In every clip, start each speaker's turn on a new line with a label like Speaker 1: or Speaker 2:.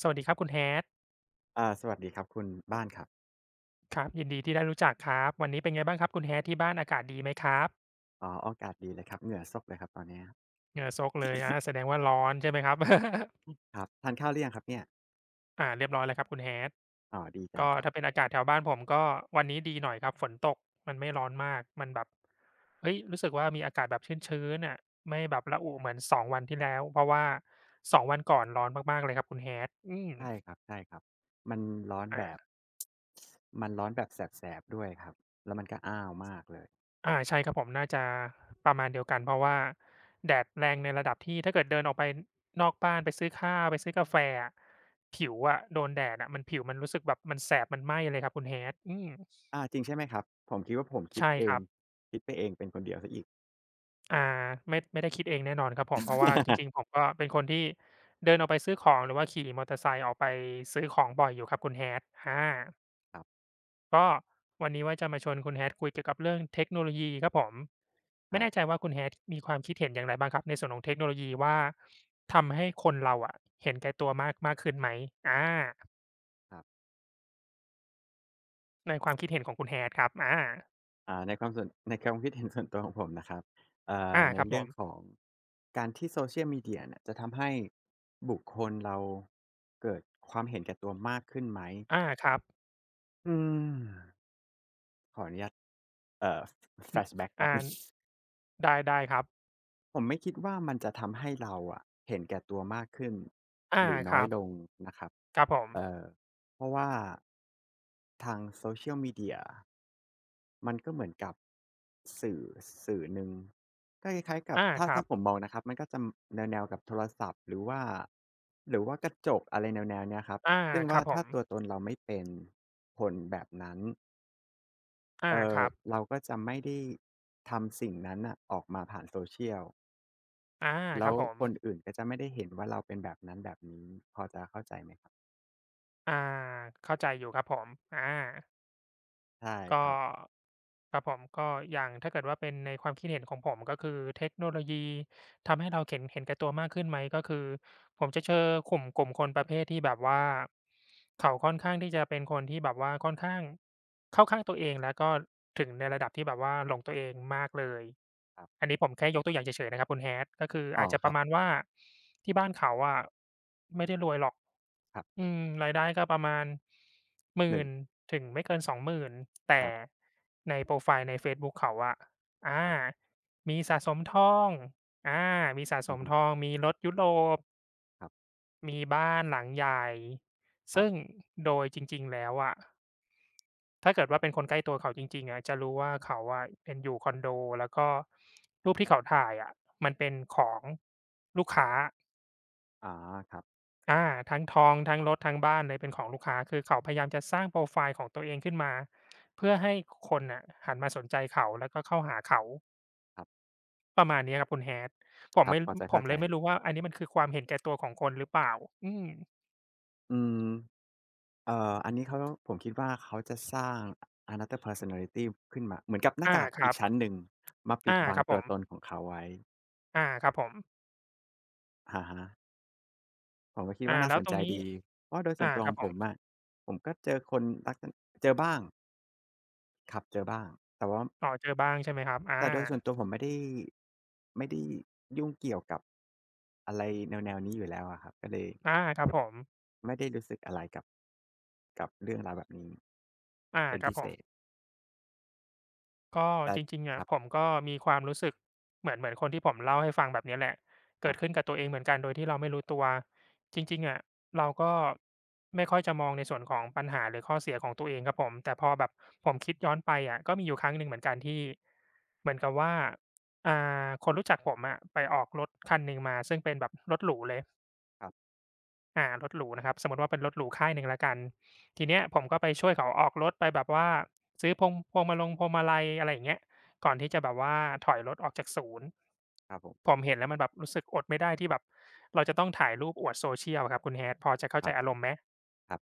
Speaker 1: สวัสดีครับคุณ Hat
Speaker 2: สวัสดีครับคุณบ้านครับ
Speaker 1: ครับยินดีที่ได้รู้จักครับวันนี้เป็นไงบ้างครับคุณ Hat ที่บ้านอากาศดีไหมครับ
Speaker 2: อ๋ออากาศดีเลยครับเหงื่อซกเลยครับตอนเนี้ย
Speaker 1: เหงื่อซกเลยแสดงว่าร้อนใช่ไหมครับ
Speaker 2: ครับทานข้าวหรือยังครับเนี่ย
Speaker 1: เรียบร้อยแล้วครับคุณ Hat
Speaker 2: อ๋อดีจัง
Speaker 1: ก็
Speaker 2: ครับ
Speaker 1: ถ้าเป็นอากาศแถวบ้านผมก็วันนี้ดีหน่อยครับฝนตกมันไม่ร้อนมากมันแบบเฮ้ยรู้สึกว่ามีอากาศแบบชื้นๆน่ะไม่แบบระอุเหมือนสองวันที่แล้วเพราะว่า2วันก่อนร้อนมากๆเลยครับคุณ Hat อืม
Speaker 2: ใช่ครับใช่ครับมันร้อนแบบ
Speaker 1: อา
Speaker 2: มันร้อนแบบแสบๆด้วยครับแล้วมันก็อ้าวมากเลย
Speaker 1: อาใช่ครับผมน่าจะประมาณเดียวกันเพราะว่าแดดแรงในระดับที่ถ้าเกิดเดินออกไปนอกบ้านไปซื้อข้าวไปซื้อกาแฟอะผิวโดนแดดมันผิวมันรู้สึกแบบมันแสบมันไหม้เลยครับคุณ Hat อืม
Speaker 2: อาจริงใช่ไหมครับผมคิดว่าผมคิด
Speaker 1: ใช่
Speaker 2: เอ
Speaker 1: ค
Speaker 2: ง
Speaker 1: รับ
Speaker 2: คิดไปเองเป็นคนเดียวเสียอีก
Speaker 1: อ่าไม่ได้คิดเองแน่นอนครับผมเพราะว่าจริ งๆผมก็เป็นคนที่เดินออกไปซื้อของหรือว่าขี่มอเตอร์ไซค์ออกไปซื้อของบ่อยอยู่ครับคุณ Hat อา
Speaker 2: ครับ
Speaker 1: ก็วันนี้ว่าจะมาชวนคุณ Hat คุยเกี่ยวกับเรื่องเทคโนโลยีครับผม
Speaker 2: ค
Speaker 1: ไม่
Speaker 2: รับ
Speaker 1: แน่ใจว่าคุณ Hat มีความคิดเห็นอย่างไรบ้างครับในส่วนของเทคโนโลยีว่าทำให้คนเราเห็นแก่ตัวมากมากขึ้นไหมอา
Speaker 2: ครับ
Speaker 1: ในความคิดเห็นของคุณ Hat ครับอา
Speaker 2: ในความส่วนในความคิดเห็นส่วนตัวของผมนะครับ
Speaker 1: อา
Speaker 2: ใน
Speaker 1: ครับผ
Speaker 2: เรื่อง
Speaker 1: ม
Speaker 2: ของการที่ Social Media เนี่ยจะทำให้บุคคลเราเกิดความเห็นแก่ตัวมากขึ้นไหม
Speaker 1: อาครับ
Speaker 2: อืมขออนุญาตเอ่อแฟลชแบ็ก
Speaker 1: อ
Speaker 2: แป๊บ
Speaker 1: อา
Speaker 2: หนึ่ง
Speaker 1: ได้ครับ
Speaker 2: ผมไม่คิดว่ามันจะทำให้เราอะเห็นแก่ตัวมากขึ้น
Speaker 1: อา
Speaker 2: หรือ
Speaker 1: ค
Speaker 2: น้อ
Speaker 1: รั
Speaker 2: ย
Speaker 1: บ
Speaker 2: ลงนะครับ
Speaker 1: ครับผม
Speaker 2: เอ่อเพราะว่าทาง social media มันก็เหมือนกับสื่อสื่อหนึ่งก็คล้ายๆกับ
Speaker 1: อา
Speaker 2: ถ้า
Speaker 1: ครั
Speaker 2: ถ้า
Speaker 1: บ
Speaker 2: ผมมองนะครับมันก็จะแนวๆกับโทรศัพท์หรือว่าหรือว่ากระจกอะไรแนวๆเนี้ยครับ
Speaker 1: อา
Speaker 2: ซึ่ง
Speaker 1: ค
Speaker 2: ว่า
Speaker 1: รับผ
Speaker 2: ถ้า
Speaker 1: ม
Speaker 2: ตัวตนเราไม่เป็นคนแบบนั้น
Speaker 1: อา
Speaker 2: เอ่
Speaker 1: ค
Speaker 2: อ
Speaker 1: รับ
Speaker 2: เราก็จะไม่ได้ทำสิ่งนั้นน่ะออกมาผ่าน Social
Speaker 1: อาค
Speaker 2: แล้
Speaker 1: รั
Speaker 2: ว
Speaker 1: บผม
Speaker 2: คนอื่นก็จะไม่ได้เห็นว่าเราเป็นแบบนั้นแบบนี้พอจะเข้าใจไหมครับ
Speaker 1: อาเข้าใจอยู่ครับผมอา
Speaker 2: ใช่ค
Speaker 1: ก็
Speaker 2: รับ
Speaker 1: ครับผมก็อย่างถ้าเกิดว่าเป็นในความคิดเห็นของผมก็คือเทคโนโลยีทำให้เราเข็นเห็นแก่ตัวมากขึ้นไหมก็คือผมจะเจอกลุ่มคนประเภทที่แบบว่าเขาค่อนข้างที่จะเป็นคนที่แบบว่าค่อนข้างเข้าข้างตัวเองแล้วก็ถึงในระดับที่แบบว่าหลงตัวเองมากเลย
Speaker 2: ครับ
Speaker 1: อันนี้ผมแค่ยกตัวอย่างเฉยๆนะครับคุณ Hat ก็คือ
Speaker 2: อ๋อ
Speaker 1: อาจจะ
Speaker 2: ค
Speaker 1: ป
Speaker 2: รั
Speaker 1: ระ
Speaker 2: บ
Speaker 1: มาณว่าที่บ้านเขาไม่ได้รวยหรอก
Speaker 2: ครับ
Speaker 1: อืมรายได้ก็ประมาณ
Speaker 2: หนึ่ง
Speaker 1: 10,000ถึงไม่เกิน20,000
Speaker 2: ค
Speaker 1: แต่
Speaker 2: รับ
Speaker 1: ในโพรไฟล์ในเฟซบุ๊กเขา
Speaker 2: ครับ
Speaker 1: มีสะสมทองอามีสะส
Speaker 2: อือ
Speaker 1: ม
Speaker 2: ฮึ
Speaker 1: ทองมีรถยุโรป
Speaker 2: ครับ
Speaker 1: มีบ้านหลังใหญ่
Speaker 2: ครับ
Speaker 1: ซึ่งโดยจริงๆแล้วถ้าเกิดว่าเป็นคนใกล้ตัวเขาจริงๆจะรู้ว่าเขาเป็นอยู่คอนโดแล้วก็รูปที่เขาถ่ายมันเป็นของลูกค้า
Speaker 2: อ๋อครับ
Speaker 1: อาทั้งทองทั้งรถทั้งบ้านเลยเป็นของลูกค้าคือเขาพยายามจะสร้างโปรไฟล์ของตัวเองขึ้นมาเพื่อให้คนน่ะหันมาสนใจเขาแล้วก็เข้าหาเขา
Speaker 2: ครับ
Speaker 1: ประมาณนี้ครับคุณแ a t ผ
Speaker 2: ค
Speaker 1: ม
Speaker 2: รับ
Speaker 1: ไม่
Speaker 2: พอจะ
Speaker 1: ผ
Speaker 2: เข้า
Speaker 1: ม
Speaker 2: ใจ
Speaker 1: เลยไม่รู้ว่าอันนี้มันคือความเห็นแก่ตัวของคนหรือเปล่าอืม
Speaker 2: อืมอันนี้เขาผมคิดว่าเขาจะสร้าง Another Personality ขึ้นมาเหมือนกับหน้า
Speaker 1: อา
Speaker 2: กาก
Speaker 1: ค
Speaker 2: อี
Speaker 1: รั
Speaker 2: ก
Speaker 1: บ
Speaker 2: ชั้นหนึ่งมาปิด
Speaker 1: อา
Speaker 2: บั
Speaker 1: ค
Speaker 2: ง
Speaker 1: รับผ
Speaker 2: ตัว
Speaker 1: ม
Speaker 2: ตนของเขาไว้
Speaker 1: อาครับผม
Speaker 2: อะฮะ ผมก็คิด
Speaker 1: อา
Speaker 2: ว่าน่า
Speaker 1: แล้
Speaker 2: ส
Speaker 1: ว
Speaker 2: น
Speaker 1: ตร
Speaker 2: ใจ
Speaker 1: งนี้
Speaker 2: ดีเพราะโดยส่
Speaker 1: อา
Speaker 2: วนตัว
Speaker 1: ค
Speaker 2: ข
Speaker 1: รับ
Speaker 2: อง
Speaker 1: ผ
Speaker 2: ผม
Speaker 1: ม
Speaker 2: อะผมก็เจอคนลักษณะเจอบ้างครับเจอบ้าง แต่ว่า
Speaker 1: อ๋อเจอบ้างใช่ไหมครับอา
Speaker 2: แต่โดยส่วนตัวผมไม่ได้ไม่ได้ยุ่งเกี่ยวกับอะไรแนวๆนี้อยู่แล้วอะครับก็เลย
Speaker 1: อาครับผม
Speaker 2: ไม่ได้รู้สึกอะไรกับกับเรื่องราวแบบนี้
Speaker 1: อา
Speaker 2: เป็น
Speaker 1: ครับ
Speaker 2: พิ
Speaker 1: ผ
Speaker 2: เศ
Speaker 1: ม
Speaker 2: ษ
Speaker 1: ก็
Speaker 2: แต่
Speaker 1: จริงๆ
Speaker 2: ครับ
Speaker 1: ผมก็มีความรู้สึกเหมือนคนที่ผมเล่าให้ฟังแบบเนี้ยแหละ
Speaker 2: ค
Speaker 1: เกิ
Speaker 2: รั
Speaker 1: ดขึ้น
Speaker 2: บ
Speaker 1: กับตัวเองเหมือนกันโดยที่เราไม่รู้ตัวจริงๆเราก็ไม่ค่อยจะมองในส่วนของปัญหาหรือข้อเสียของตัวเองครับผมแต่พอแบบผมคิดย้อนไปก็มีอยู่ครั้งหนึ่งเหมือนกันที่เหมือนกับว่าอ่คนรู้จักผมไปออกรถคันหนึ่งมาซึ่งเป็นแบบรถหรูเลย
Speaker 2: ครับ
Speaker 1: รถหรูนะครับสมมุติว่าเป็นรถหรูค่ายหนึ่งแล้วกันทีเนี้ยผมก็ไปช่วยเขาออกรถไปแบบว่าซื้อพวงมาพวงมาลัยอะไรอย่างเงี้ยก่อนที่จะแบบว่าถอยรถออกจากศูนย์
Speaker 2: ครับผ
Speaker 1: ผ
Speaker 2: ม
Speaker 1: มเห็นแล้วมันแบบรู้สึกอดไม่ได้ที่แบบเราจะต้องถ่ายรูปอวด social อะครับคุณ Hat พอจะเข้า
Speaker 2: ค
Speaker 1: ใจ
Speaker 2: รับ
Speaker 1: อารมณ์ไหม
Speaker 2: ครับ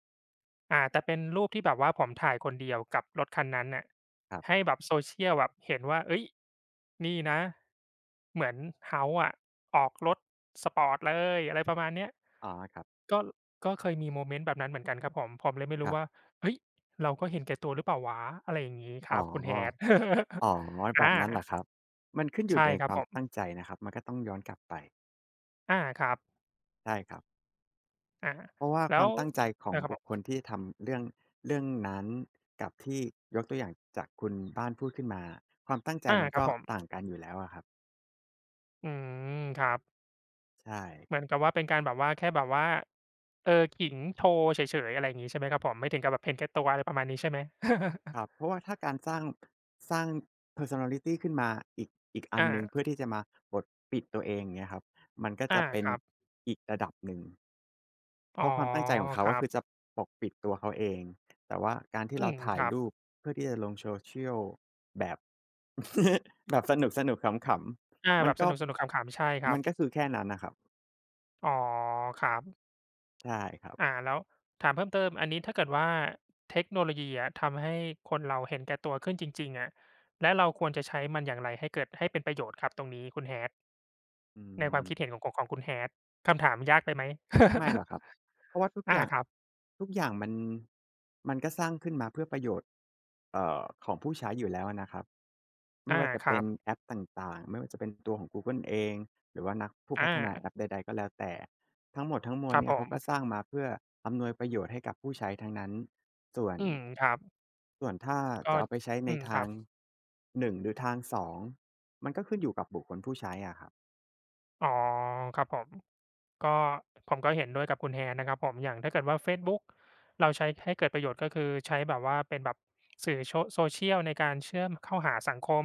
Speaker 1: แต่เป็นรูปที่แบบว่าผมถ่ายคนเดียวกับรถคันนั้นน่ะ
Speaker 2: ครับ
Speaker 1: ให้แบบ Social แบบเห็นว่าเฮ้ยนี่นะเหมือน House อะออกรถสปอร์ตเลยอะไรประมาณเนี้ย
Speaker 2: อ๋อครับ
Speaker 1: ก็ก็เคยมีโมเมนต์แบบนั้นเหมือนกันครับผมเลยไม่
Speaker 2: ค
Speaker 1: รู้
Speaker 2: รั
Speaker 1: ว่า
Speaker 2: บ
Speaker 1: เฮ้ยเราก็เห็นแก่ตัวหรือเปล่าวะอะไรอย่างงี้ค
Speaker 2: อ๋
Speaker 1: รั
Speaker 2: อ
Speaker 1: บคุณ Hat
Speaker 2: อ๋อแบ
Speaker 1: อา
Speaker 2: บนั้นเหรอครับมันขึ้นอยู่
Speaker 1: ใช่
Speaker 2: ใน
Speaker 1: ครั
Speaker 2: ค
Speaker 1: บ
Speaker 2: วา
Speaker 1: ผ
Speaker 2: ม
Speaker 1: ม
Speaker 2: ตั้งใจนะครับมันก็ต้องย้อนกลับไป
Speaker 1: อาครับ
Speaker 2: ใช่ครับ
Speaker 1: อา
Speaker 2: เพราะว่า
Speaker 1: แล้
Speaker 2: ควา
Speaker 1: ว
Speaker 2: มตั้งใจของ
Speaker 1: อาครับ
Speaker 2: บุ
Speaker 1: ผ
Speaker 2: คค
Speaker 1: ม
Speaker 2: ลที่ทำเรื่องเรื่องนั้นกับที่ยกตัวอย่างจากคุณบ้านพูดขึ้นมาความตั้งใจ
Speaker 1: อา
Speaker 2: มัน
Speaker 1: ครับ
Speaker 2: ก็
Speaker 1: ผม
Speaker 2: ต่างกันอยู่แล้วอะครับ
Speaker 1: อืมครับ
Speaker 2: ใช่
Speaker 1: เหมือนกับว่าเป็นการแบบว่าแค่แบบว่าเออขิงโชว์เฉยๆอะไรอย่างงี้ใช่ไหมครับผมไม่ถึงกับแบบเห็นแก่ตัวอะไรประมาณนี้ใช่ไหม
Speaker 2: ครับเพราะว่าถ้าการสร้างสร้าง personality ขึ้นมาอีกอีกอันหนึ่ง
Speaker 1: อา
Speaker 2: เพื่อที่จะมาบดปิดตัวเองเงี้ยครับมันก็จะ
Speaker 1: อา
Speaker 2: เป็น
Speaker 1: ครับ
Speaker 2: อีกระดับหนึ่ง
Speaker 1: อ๋
Speaker 2: เพ
Speaker 1: อ
Speaker 2: ราะความตั้งใจของเขา
Speaker 1: ครั
Speaker 2: ก็คือจะ
Speaker 1: บ
Speaker 2: ปกปิดตัวเขาเอง แต่ว่าการที่
Speaker 1: อื
Speaker 2: เรา
Speaker 1: ม
Speaker 2: ถ่า
Speaker 1: ค
Speaker 2: ย
Speaker 1: รับ
Speaker 2: รูปเพื่อที่จะลง social แบบ แบบสนุกสนุกขำ
Speaker 1: อา
Speaker 2: ๆมัน
Speaker 1: แบบส
Speaker 2: ก็
Speaker 1: นุกๆขำๆใช่ครั
Speaker 2: มั
Speaker 1: บ
Speaker 2: นก็คือแค่นั้นนะครับ
Speaker 1: อ๋อครับ
Speaker 2: ใช่ครับ
Speaker 1: แล้วถามเพิ่มเติมอันนี้ถ้าเกิดว่าเทคโนโลยีทำให้คนเราเห็นแก่ตัวขึ้นจริงๆและเราควรจะใช้มันอย่างไรให้เกิดให้เป็นประโยชน์ครับตรงนี้คุณ Hat
Speaker 2: อื
Speaker 1: ในความ
Speaker 2: ม
Speaker 1: คิดเห็นของของคุณ Hat คำถามยากไปไหม
Speaker 2: ไม่หรอกครับเพราะว่าทุกอ
Speaker 1: อา
Speaker 2: ย่าง
Speaker 1: ครับ
Speaker 2: ทุกอย่างมันมันก็สร้างขึ้นมาเพื่อประโยชน์ของผู้ใช้อยู่แล้วอะนะครับไม่
Speaker 1: อา
Speaker 2: ว่าจะ
Speaker 1: ค
Speaker 2: เป็
Speaker 1: รั
Speaker 2: น
Speaker 1: บ
Speaker 2: แอปต่างๆไม่ว่าจะเป็นตัวของ Google เองหรือว่านักผู้
Speaker 1: อา
Speaker 2: พัฒนาแอปใดๆก็แล้วแต่ทั้งหมดทั้งมว
Speaker 1: ค
Speaker 2: ล
Speaker 1: รับ
Speaker 2: เนี่
Speaker 1: ผ
Speaker 2: ยเขา
Speaker 1: ม
Speaker 2: ก็สร้างมาเพื่ออำนวยประโยชน์ให้กับผู้ใช้ทั้งนั้นส่วน
Speaker 1: อืมครับ
Speaker 2: ส่วนถ้า
Speaker 1: ก็
Speaker 2: จะเอาไปใช้ใน
Speaker 1: อืมค
Speaker 2: ทา
Speaker 1: รั
Speaker 2: ง
Speaker 1: บ
Speaker 2: หนึ่งหรือทางสองมันก็ขึ้นอยู่กับบุคคลผู้ใช้อะครับ
Speaker 1: อ๋อครับผมก็ผมก็เห็นด้วยกับคุณ Hat นะครับผม อย่างถ้าเกิดว่าเฟซบุ๊กเราใช้ให้เกิดประโยชน์ก็คือใช้แบบว่าเป็นแบบสื่อโช social ในการเชื่อมเข้าหาสังคม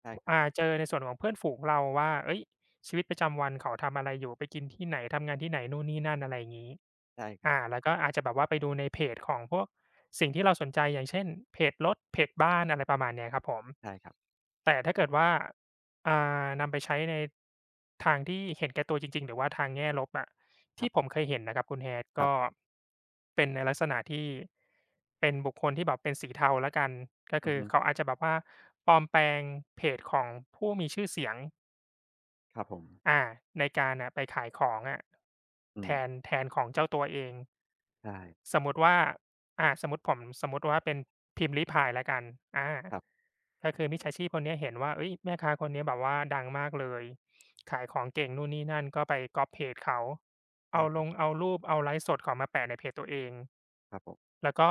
Speaker 2: ใช่ครับ
Speaker 1: เจอในส่วนของเพื่อนฝูงเราว่าเฮ้ยชีวิตประจำวันเขาทำอะไรอยู่ไปกินที่ไหน ทำงานที่ไหนนู่นนี่นั่นอะไรอย่างงี้
Speaker 2: ใช่ครับ
Speaker 1: แล้วก็อาจจะแบบว่าไปดูในเพจของพวกสิ่งที่เราสนใจอย่างเช่นเพจรถเพจบ้านอะไรประมาณเนี้ยครับผม
Speaker 2: ใช่ครับ
Speaker 1: แต่ถ้าเกิดว่า อ่นำไปใช้ในทางที่เห็นแก่ตัวจริงๆหรือว่าทางแง่ลบ
Speaker 2: ครั
Speaker 1: ที่ผม
Speaker 2: บ
Speaker 1: เคยเห็นนะครับคุณ Hat
Speaker 2: ครั
Speaker 1: ก็
Speaker 2: บ
Speaker 1: เป็นในลักษณะที่เป็นบุคคลที่แบบเป็นสีเทาแล้วกันก็
Speaker 2: อือ
Speaker 1: คือ
Speaker 2: ฮึ
Speaker 1: เขาอาจจะแบบว่าปลอมแปลงเพจของผู้มีชื่อเสียง
Speaker 2: ครับผม
Speaker 1: อาในการน่ะไปขายของอะ
Speaker 2: อื
Speaker 1: แท
Speaker 2: ม
Speaker 1: นแทนของเจ้าตัวเอง
Speaker 2: ใช่
Speaker 1: สมมุติว่าสมมุติว่าเป็นพิมพ์ลี้ภายแล้วกันอา
Speaker 2: ครับ
Speaker 1: ก็คือมิจฉาชีพคนเนี้ยเห็นว่าเฮ้ยแม่ค้าคนนี้แบบว่าดังมากเลยขายของเก่งนู่นนี่นั่นก็ไปก๊อบเพจเขา
Speaker 2: ใช่
Speaker 1: เอา
Speaker 2: ค
Speaker 1: ล
Speaker 2: รับ
Speaker 1: งเอารูปเอาไลฟ์สดเขามาแปะในเพจตัวเอง
Speaker 2: ครับผม
Speaker 1: แล้วก็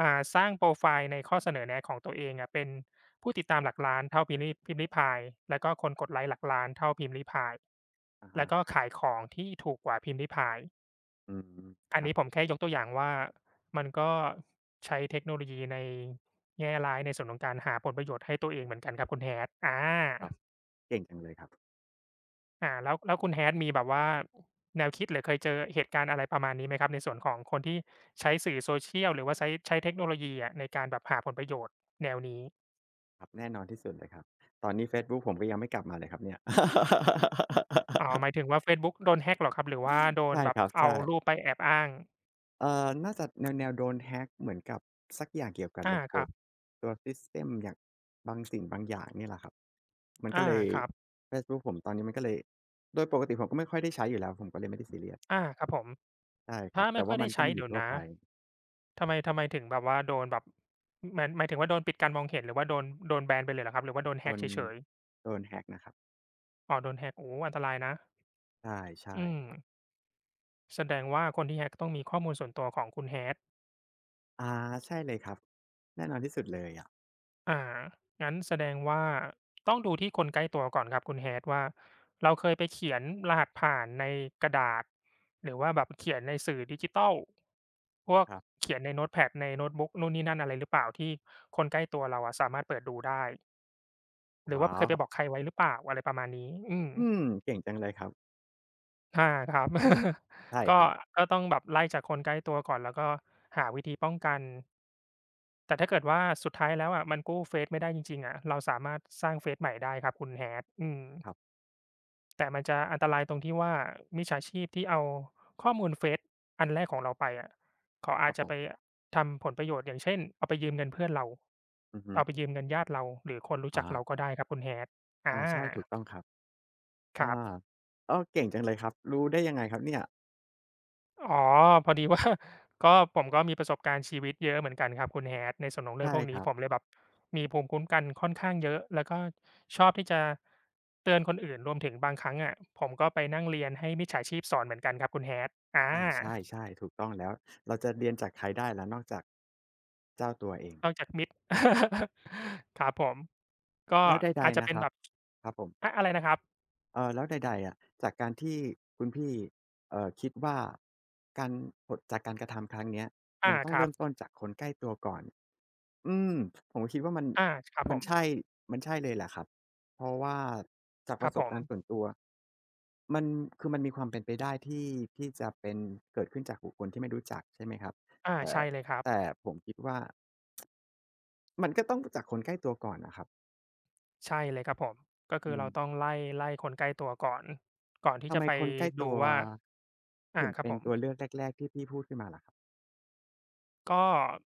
Speaker 1: อ่าสร้างโพรไฟล์ในข้อเสนอแนะของตัวเองอะเป็นผู้ติดตามหลักล้านเท่าพิมพ์ลี้ภาย แล้วก็คนกดไลก์หลักล้านเท่าพิมพ์ลี้ภาย
Speaker 2: อะฮะ
Speaker 1: แล้วก็
Speaker 2: ครับ
Speaker 1: ขายของที่ถูกกว่าพิมพ์ลี้พาย
Speaker 2: อืม
Speaker 1: อั
Speaker 2: ค
Speaker 1: น
Speaker 2: รับ
Speaker 1: นี้ผมแค่ยกตัวอย่างว่ามันก็ใช้เทคโนโลยีในแง่ร้ายในส่วนของการหาผลประโยชน์ให้ตัวเองเหมือนกันครับคุณ Hat อา
Speaker 2: ครับเก่งจังเลยครับ
Speaker 1: อาแล้วคุณ Hat มีแบบว่าแนวคิดหรือเคยเจอเหตุการณ์อะไรประมาณนี้ไหมครับในส่วนของคนที่ใช้สื่อ Social หรือว่าใช้เทคโนโลยีอะในการแบบหาผลประโยชน์แนวนี้
Speaker 2: ครับแน่นอนที่สุดเลยครับตอนนี้เฟซบุ๊กผมก็ยังไม่กลับมาเลยครับเนี่ย
Speaker 1: อ๋อหมายถึงว่าเฟซบุ๊กโดน hack เหรอครับหรือว่าโดน
Speaker 2: ใช่
Speaker 1: แบ
Speaker 2: ค
Speaker 1: บ
Speaker 2: รับ
Speaker 1: เอา
Speaker 2: ใช่
Speaker 1: รูปไปแอบอ้าง
Speaker 2: น่าจะแนวแนวโดน hack เหมือนกับสักอย่างเกี่ยวกับ
Speaker 1: อา
Speaker 2: ระ
Speaker 1: ค
Speaker 2: บ
Speaker 1: รั
Speaker 2: บ
Speaker 1: บ
Speaker 2: ตัวซิสเต็มอย่างบางสิ่งบางอย่างเนี่ยแหละครับมัน
Speaker 1: อา
Speaker 2: ก็เลย
Speaker 1: ครับ
Speaker 2: เฟซบุ๊กผมตอนนี้มันก็เลยโดยปกติผมก็ไม่ค่อยได้ใช้อยู่แล้วผมก็เลยไม่ได้ซีเรียส
Speaker 1: อาครับผม
Speaker 2: ใช่ครั
Speaker 1: ถ้า
Speaker 2: บ
Speaker 1: ไม่
Speaker 2: แต่
Speaker 1: ค่อ
Speaker 2: ว่า
Speaker 1: ย
Speaker 2: มั
Speaker 1: ได้
Speaker 2: นก็
Speaker 1: ใช้
Speaker 2: มีอ
Speaker 1: เดี๋
Speaker 2: ยู่
Speaker 1: ยว
Speaker 2: ทั่ว
Speaker 1: นะ
Speaker 2: ไป
Speaker 1: ทำไมถึงแบบว่าโดนแบบหมายถึงว่าโดนปิดการมองเห็นหรือว่าโดนแบนไปเลยเหรอครับหรือว่าโดน
Speaker 2: โด
Speaker 1: แฮ็ก
Speaker 2: น
Speaker 1: เฉยๆ
Speaker 2: โดน hack นะครับ
Speaker 1: อ๋อโดนแฮ็กโอ้อันตรายนะ
Speaker 2: ใช่
Speaker 1: อืม
Speaker 2: ๆ
Speaker 1: แสดงว่าคนที่แฮ็กต้องมีข้อมูลส่วนตัวของคุณ Hat
Speaker 2: อาใช่เลยครับแน่นอนที่สุดเลยอะ
Speaker 1: อ่างั้นแสดงว่าต้องดูที่คนใกล้ตัวก่อนครับคุณ Hat ว่าเราเคยไปเขียนรหัสผ่านในกระดาษหรือว่าแบบเขียนในสื่อดิจิทัลพวก
Speaker 2: ครับ
Speaker 1: เขียนในโน้ตแพดในโน้ตบุ๊กนู่นนี่นั่นอะไรหรือเปล่าที่คนใกล้ตัวเราอะสามารถเปิดดูได้ หรือว่า
Speaker 2: ว้า
Speaker 1: เค
Speaker 2: ว
Speaker 1: ยไปบอกใครไว้หรือเปล่าอะไรประมาณนี้ อืม
Speaker 2: อืมเก่งจังเลยครับ
Speaker 1: อาครับ
Speaker 2: ใช่
Speaker 1: ก็
Speaker 2: ครับ
Speaker 1: ก็ต้องแบบไล่จากคนใกล้ตัวก่อนแล้วก็หาวิธีป้องกัน แต่ถ้าเกิดว่าสุดท้ายแล้วอะมันกู้เฟซไม่ได้จริงๆอะเราสามารถสร้างเฟซใหม่ได้ครับคุณ Hat อืม
Speaker 2: ครับ
Speaker 1: แต่มันจะอันตรายตรงที่ว่ามิจฉาชีพที่เอาข้อมูลเฟซอันแรกของเราไปอะเขา
Speaker 2: ค
Speaker 1: อา
Speaker 2: รั
Speaker 1: จ
Speaker 2: บผ
Speaker 1: จะไป
Speaker 2: ม
Speaker 1: ทำผลประโยชน์อย่างเช่นเอาไปยืมเงินเพื่อนเรา
Speaker 2: อือฮึ
Speaker 1: เอาไปยืมเงินญาติเราหรือคนรู้จักเรา
Speaker 2: อะ
Speaker 1: ก็ได้ครับคุณ Hat อา
Speaker 2: อาใช่ถูกต้องครับ
Speaker 1: ค
Speaker 2: อา
Speaker 1: รับ
Speaker 2: เออเก่งจังเลยครับรู้ได้ยังไงครับเนี่ย
Speaker 1: อ๋อพอดีว่า ก็ผมก็มีประสบการณ์ชีวิตเยอะเหมือนกันครับคุณ Hat ในส่วนของเรื่
Speaker 2: ใช่
Speaker 1: องพวก
Speaker 2: ค
Speaker 1: นี้
Speaker 2: รั
Speaker 1: ผม
Speaker 2: บ
Speaker 1: เลยแบบมีภูมิคุ้มกันค่อนข้างเยอะแล้วก็ชอบที่จะเตือนคนอื่นรวมถึงบางครั้งอะผมก็ไปนั่งเรียนให้มิจฉาชีพสอนเหมือนกันครับคุณ Hat อา
Speaker 2: อาใช่ๆถูกต้องแล้วเราจะเรียนจากใครได้ล่ะนอกจากเจ้าตัวเอง
Speaker 1: นอกจากมิตร ครับผมก็
Speaker 2: แล้วใด
Speaker 1: อาจจะ
Speaker 2: ๆนะ
Speaker 1: เป็
Speaker 2: ค
Speaker 1: น
Speaker 2: รับ
Speaker 1: แบบ
Speaker 2: ครับผม
Speaker 1: อะไรนะครับ
Speaker 2: แล้วใดๆอะจากการที่คุณพี่คิดว่าการผลจากการกระทำครั้งเนี้ยมั
Speaker 1: อา
Speaker 2: นต้อง
Speaker 1: ครั
Speaker 2: เริ่
Speaker 1: บ
Speaker 2: มต้นจากคนใกล้ตัวก่อน อืมผมก็คิดว่ามัน
Speaker 1: อาครับผ
Speaker 2: มัน
Speaker 1: ม
Speaker 2: ใช่มันใช่เลยแหละครับเพราะว่าจากป
Speaker 1: ครั
Speaker 2: ระ
Speaker 1: บ
Speaker 2: ส
Speaker 1: ผ
Speaker 2: บ
Speaker 1: ม
Speaker 2: การณ์ส่วนตัวมันคือมันมีความเป็นไปได้ที่ที่จะเป็นเกิดขึ้นจากบุคคลที่ไม่รู้จักใช่ไหมครับ
Speaker 1: อา
Speaker 2: แต่
Speaker 1: ใช่เลยครับ
Speaker 2: แต่ผมคิดว่ามันก็ต้องจากคนใกล้ตัวก่อนน่ะครับ
Speaker 1: ใช่เลยครับผม ก็คือ
Speaker 2: อื
Speaker 1: เราต้อ
Speaker 2: ม
Speaker 1: งไล่คนใกล้ตัวก่อนก่อนที่
Speaker 2: ทำ
Speaker 1: จะ
Speaker 2: ไม
Speaker 1: ไป
Speaker 2: คนใกล้
Speaker 1: ดู
Speaker 2: ตัว
Speaker 1: ว่าอา
Speaker 2: ถึง
Speaker 1: ครับ
Speaker 2: เป็
Speaker 1: ผ
Speaker 2: น
Speaker 1: ม
Speaker 2: ตัวเลือกแรกๆที่พี่พูดขึ้นมาล่ะครับ
Speaker 1: ก็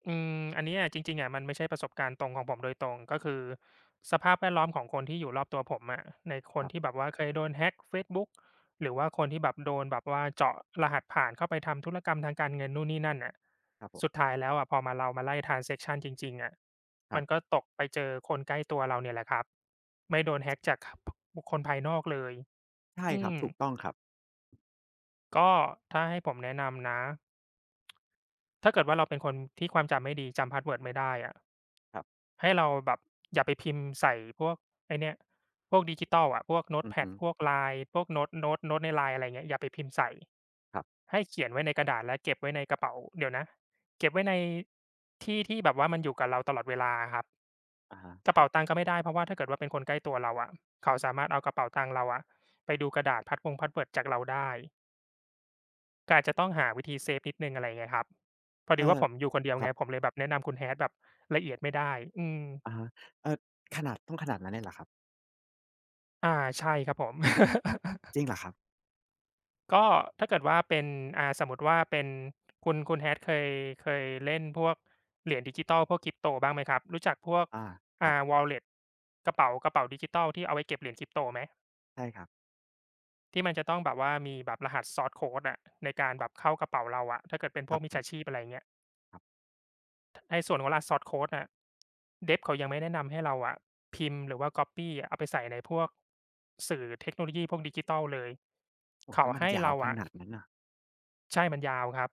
Speaker 1: อืมอันเนี้ยจริงๆอะมันไม่ใช่ประสบการณ์ตรงของผมโดยตรงก็คือสภาพแวดล้อมของคนที่อยู่รอบตัวผมอะในค
Speaker 2: ค
Speaker 1: น
Speaker 2: รั
Speaker 1: ที่แบ
Speaker 2: บ
Speaker 1: บว่าเคยโดน hack เฟซบุ๊กหรือว่าคนที่แบบโดนแบบว่าเจาะรหัสผ่านเข้าไปทำธุรกรรมทางการเงินนู่นนี่นั่นน่ะ
Speaker 2: ครับผ
Speaker 1: สุด
Speaker 2: ม
Speaker 1: ท้ายแล้วอะพอมาเรามาไล่ transaction จริงๆอะ
Speaker 2: ครั
Speaker 1: มันก็
Speaker 2: บ
Speaker 1: ตกไปเจอคนใกล้ตัวเราเนี่ยแหละครับไม่โดน hack จากคบุคคลภายนอกเลย
Speaker 2: ใช่
Speaker 1: อื
Speaker 2: ครับ
Speaker 1: ม
Speaker 2: ถูกต้องครับ
Speaker 1: ก็ถ้าให้ผมแนะนำนะถ้าเกิดว่าเราเป็นคนที่ความจำไม่ดีจำพาสเวิร์ดไม่ได้อะ
Speaker 2: ครับ
Speaker 1: ให้เราแบบอย่าไปพิมพ์ใส่พวกไอ้เนี่ยพวกดิจิทัลอะพวก
Speaker 2: อือ
Speaker 1: Notepad
Speaker 2: ฮึ
Speaker 1: พวก LINE พวกโน้ตโน้ตโน้ตใน LINE อะไรเงี้ยอย่าไปพิมพ์ใส่
Speaker 2: ครับ
Speaker 1: ให้เขียนไว้ในกระดาษและเก็บไว้ในกระเป๋าเดี๋ยวนะเก็บไว้ในที่ที่แบบว่ามันอยู่กับเราตลอดเวลาอะครับ
Speaker 2: อะฮะ
Speaker 1: กระ
Speaker 2: ครั
Speaker 1: เป๋า
Speaker 2: บ
Speaker 1: ตังค์ก็ไม่ได้เพราะว่าถ้าเกิดว่าเป็นคนใกล้ตัวเราอะเขาสามารถเอากระเป๋าตังค์เราอะไปดูกระดาษ password จากเราได้ก็อาจจะต้องหาวิธีเซฟนิดหนึ่งอะไรเงี้ยครับพอ
Speaker 2: เอ่
Speaker 1: ดี
Speaker 2: อ
Speaker 1: ว่าผมอยู่คนเดียว
Speaker 2: ครั
Speaker 1: ไงผ
Speaker 2: บ
Speaker 1: มเลยแบบแนะนำคุณ Hat แบบละเอียดไม่ได้อืม
Speaker 2: อะฮะเอ่อขนาดต้องขนาดนั้นเลยเหรอครับ
Speaker 1: อาใช่ครับผม
Speaker 2: จริง เหรอครับ
Speaker 1: ก็ถ้าเกิดว่าเป็นอ่าสมมุติว่าเป็นคุณ Hat เคยเล่นพวกเหรียญดิจิตอลพวก Crypto บ้างไหมครับรู้จักพวก
Speaker 2: อาครับ
Speaker 1: Wallet กระเป๋าดิจิทัลที่เอาไว้เก็บเหรียญ Crypto ไหม
Speaker 2: ใช่ครับ
Speaker 1: ที่มันจะต้องแบบว่ามีแบบรหัส source code อะในการแบบเข้ากระเป๋าเราอะถ้าเกิดเป็น
Speaker 2: ค
Speaker 1: พ
Speaker 2: รั
Speaker 1: วก
Speaker 2: บ
Speaker 1: มิ
Speaker 2: ผ
Speaker 1: จฉา
Speaker 2: ม
Speaker 1: ชีพอะไรอย่างเงี้ย
Speaker 2: ครับ
Speaker 1: ในส่วนของรหัส source code อะ Dev เขายังไม่แนะนำให้เราอะพิมพ์หรือว่าก๊อบปี้เอาไปใส่ในพวกสื่อเทคโนโลยีพวกดิจิทัลเลย
Speaker 2: โอ้
Speaker 1: เขา
Speaker 2: ก็มัน
Speaker 1: ให้
Speaker 2: ยาว
Speaker 1: เรา
Speaker 2: ข
Speaker 1: อะ
Speaker 2: นาดนั้นน่ะ
Speaker 1: ใช่มันยาวครับ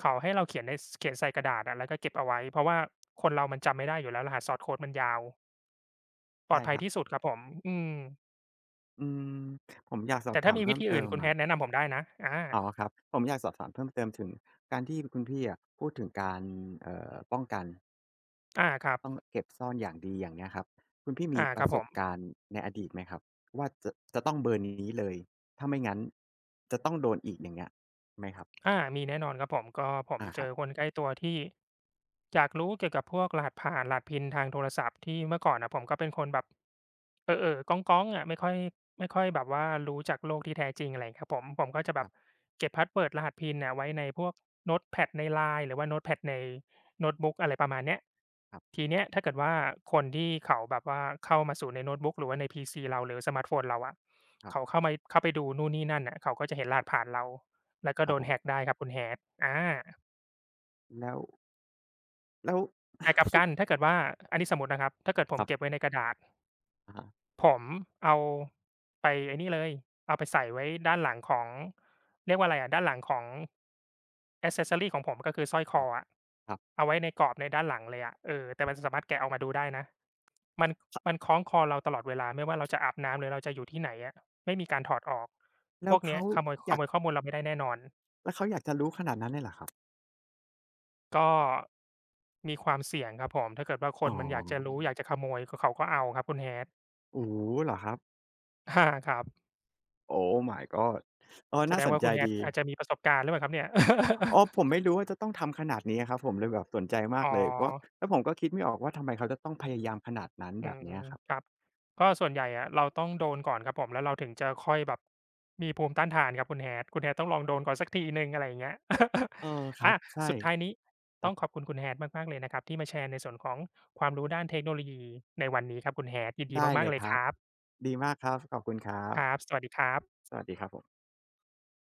Speaker 1: เขาให้เราเขียนในสเขียนใส่กระดาษอะแล้วก็เก็บเอาไว้เพราะว่าคนเรามันจำไม่ได้อยู่แล้วรหัส Source Code มันยาวปลอ
Speaker 2: ใช่
Speaker 1: ดภั
Speaker 2: ค
Speaker 1: ย
Speaker 2: รับ
Speaker 1: ที่สุดครับผมอืม
Speaker 2: อืมผมอยากสอบ
Speaker 1: แต่
Speaker 2: ถา
Speaker 1: ถ้า
Speaker 2: ม
Speaker 1: มี
Speaker 2: เพิ่
Speaker 1: วิ
Speaker 2: ม
Speaker 1: ธี
Speaker 2: เติ
Speaker 1: อื่น
Speaker 2: ม
Speaker 1: คุณ
Speaker 2: อะ
Speaker 1: Hat แนะนำผมได้นะอา
Speaker 2: อ๋อครับผมอยากสอบถามเพิ่มเติมถึงการที่คุณพี่อะพูดถึงการป้องกัน
Speaker 1: อาครับ
Speaker 2: ต้องเก็บซ่อนอย่างดีอย่างเงี้ยครับคุณพี่มี
Speaker 1: อา
Speaker 2: ป
Speaker 1: ค
Speaker 2: ระ
Speaker 1: รับ
Speaker 2: ส
Speaker 1: ผ
Speaker 2: บ
Speaker 1: ม
Speaker 2: การณ์ในอดีตไหมครับว่าจะจะต้องเบอร์นี้เลยถ้าไม่งั้นจะต้องโดนอีกอย่างเงี้ยไหมครับ
Speaker 1: อามีแน่นอนครับผมก็ผม
Speaker 2: อาค
Speaker 1: เจ
Speaker 2: รั
Speaker 1: อค
Speaker 2: บ
Speaker 1: นใกล้ตัวที่อยากรู้เกี่ยวกับพวกรหัสผ่านรหัส PIN ทางโทรศัพท์ที่เมื่อก่อนน่ะผมก็เป็นคนแบบเอ๋อๆก๊องๆอะไม่ค่อยแบบว่ารู้จักโลกที่แท้จริงอะไรอย่างเงี้ยครับผมก็จะแบ
Speaker 2: ครั
Speaker 1: บ
Speaker 2: บ
Speaker 1: เก็บ password รหัส PIN น่ะไว้ในพวกโน้ตแพดใน LINE หรือว่าโน้ตแพดในโน้ตบุ๊กอะไรประมาณเนี้ย
Speaker 2: ครับ
Speaker 1: ทีเนี้ยถ้าเกิดว่าคนที่เขาแบบว่าเข้ามาสู่ในโน้ตบุ๊กหรือว่าในพีซีเราหรือสมาร์ตโฟนเราอะ
Speaker 2: ครั
Speaker 1: เขา
Speaker 2: บ
Speaker 1: เข้ามาเข้าไปดูนู่นนี่นั่นน่ะเขาก็จะเห็นรหัสผ่านเรา แล้วก็
Speaker 2: ครั
Speaker 1: โด
Speaker 2: บผ
Speaker 1: นแ a ก
Speaker 2: ม
Speaker 1: ได้ครับคุณ Hat อา
Speaker 2: แล้วแล้ว
Speaker 1: แต่กลับกันถ้าเกิดว่าอันนี้สมมุตินะครับถ้าเกิดผ
Speaker 2: ค
Speaker 1: ม
Speaker 2: รั
Speaker 1: เก็บ
Speaker 2: บ
Speaker 1: ไว้ในกระดาษ
Speaker 2: อะฮะ
Speaker 1: ผมเอาไปไอ้นี่เลยเอาไปใส่ไว้ด้านหลังของเรียกว่าอะไรอะด้านหลังของแอกเซสซอรีของผมก็คือสร้อยค
Speaker 2: ค
Speaker 1: อ
Speaker 2: รับ
Speaker 1: อะ
Speaker 2: ครับ
Speaker 1: เอาไว้ในกรอบในด้านหลังเลยอะเออแต่มันสามารถแกะออกมาดูได้นะมันมันคล้องคอเราตลอดเวลาไม่ว่าเราจะอาบน้ำหรือเราจะอยู่ที่ไหนอะไม่มีการถอดออกพ
Speaker 2: แล้ว
Speaker 1: วกเนี้ย
Speaker 2: เขา
Speaker 1: ขโมย
Speaker 2: อ
Speaker 1: ข
Speaker 2: ยาก
Speaker 1: โมยข้อมูลเราไม่ได้แน่นอน
Speaker 2: แล้วเขาอยากจะรู้ขนาดนั้นเลยเหรอครับ
Speaker 1: ก็มีความเสี่ยงครับผมถ้าเกิดว่าค
Speaker 2: อ๋อ
Speaker 1: นมันอยากจะรู้อยากจะขโมยก็เขาก็เอาครับคุณ Hat
Speaker 2: โอ้โฮเหรอครับ
Speaker 1: อาครับ
Speaker 2: Oh my god เออ
Speaker 1: แส
Speaker 2: น่า
Speaker 1: ด
Speaker 2: ส
Speaker 1: ง
Speaker 2: น
Speaker 1: ว่า
Speaker 2: ใจ
Speaker 1: คุณ Hat
Speaker 2: ดี
Speaker 1: อาจจะมีประสบการณ์หรือเปล่าครับเนี่ย
Speaker 2: อ๋อผมไม่รู้ว่าจะต้องทำขนาดนี้อะครับผมเลยแบบสนใจมา ก
Speaker 1: อ๋อ
Speaker 2: เลยเพราะแล้วผมก็คิดไม่ออกว่าทำไมเขาจะต้องพยายามขนาดนั้น
Speaker 1: อื
Speaker 2: แบบเนี้ย
Speaker 1: ม
Speaker 2: ครับ
Speaker 1: ครับก็ส่วนใหญ่อะเราต้องโดนก่อนครับผมแล้วเราถึงจะค่อยแบบมีภูมิต้านทานครับคุณ Hat คุณ Hat ต้องลองโดนก่อนสักทีหนึ่งอะไรอย่างเงี้ย
Speaker 2: เออ ครั
Speaker 1: อา
Speaker 2: บใช่
Speaker 1: สุดท้ายนี้
Speaker 2: ค
Speaker 1: ต้
Speaker 2: รั
Speaker 1: อ
Speaker 2: บ
Speaker 1: งขอบคุณคุณ Hat มากๆเลยนะครับที่มาแชร์ในส่วนของความรู้ด้านเทคโนโลยีในวันนี้ครับคุณ Hat ยินดี
Speaker 2: ได้เล
Speaker 1: มากๆ
Speaker 2: ย
Speaker 1: เลย
Speaker 2: ค
Speaker 1: ค
Speaker 2: รับ
Speaker 1: รับ
Speaker 2: ดีมากครับขอบคุณครับ
Speaker 1: ครับสวัสดีครับ
Speaker 2: สวัสดีครับผม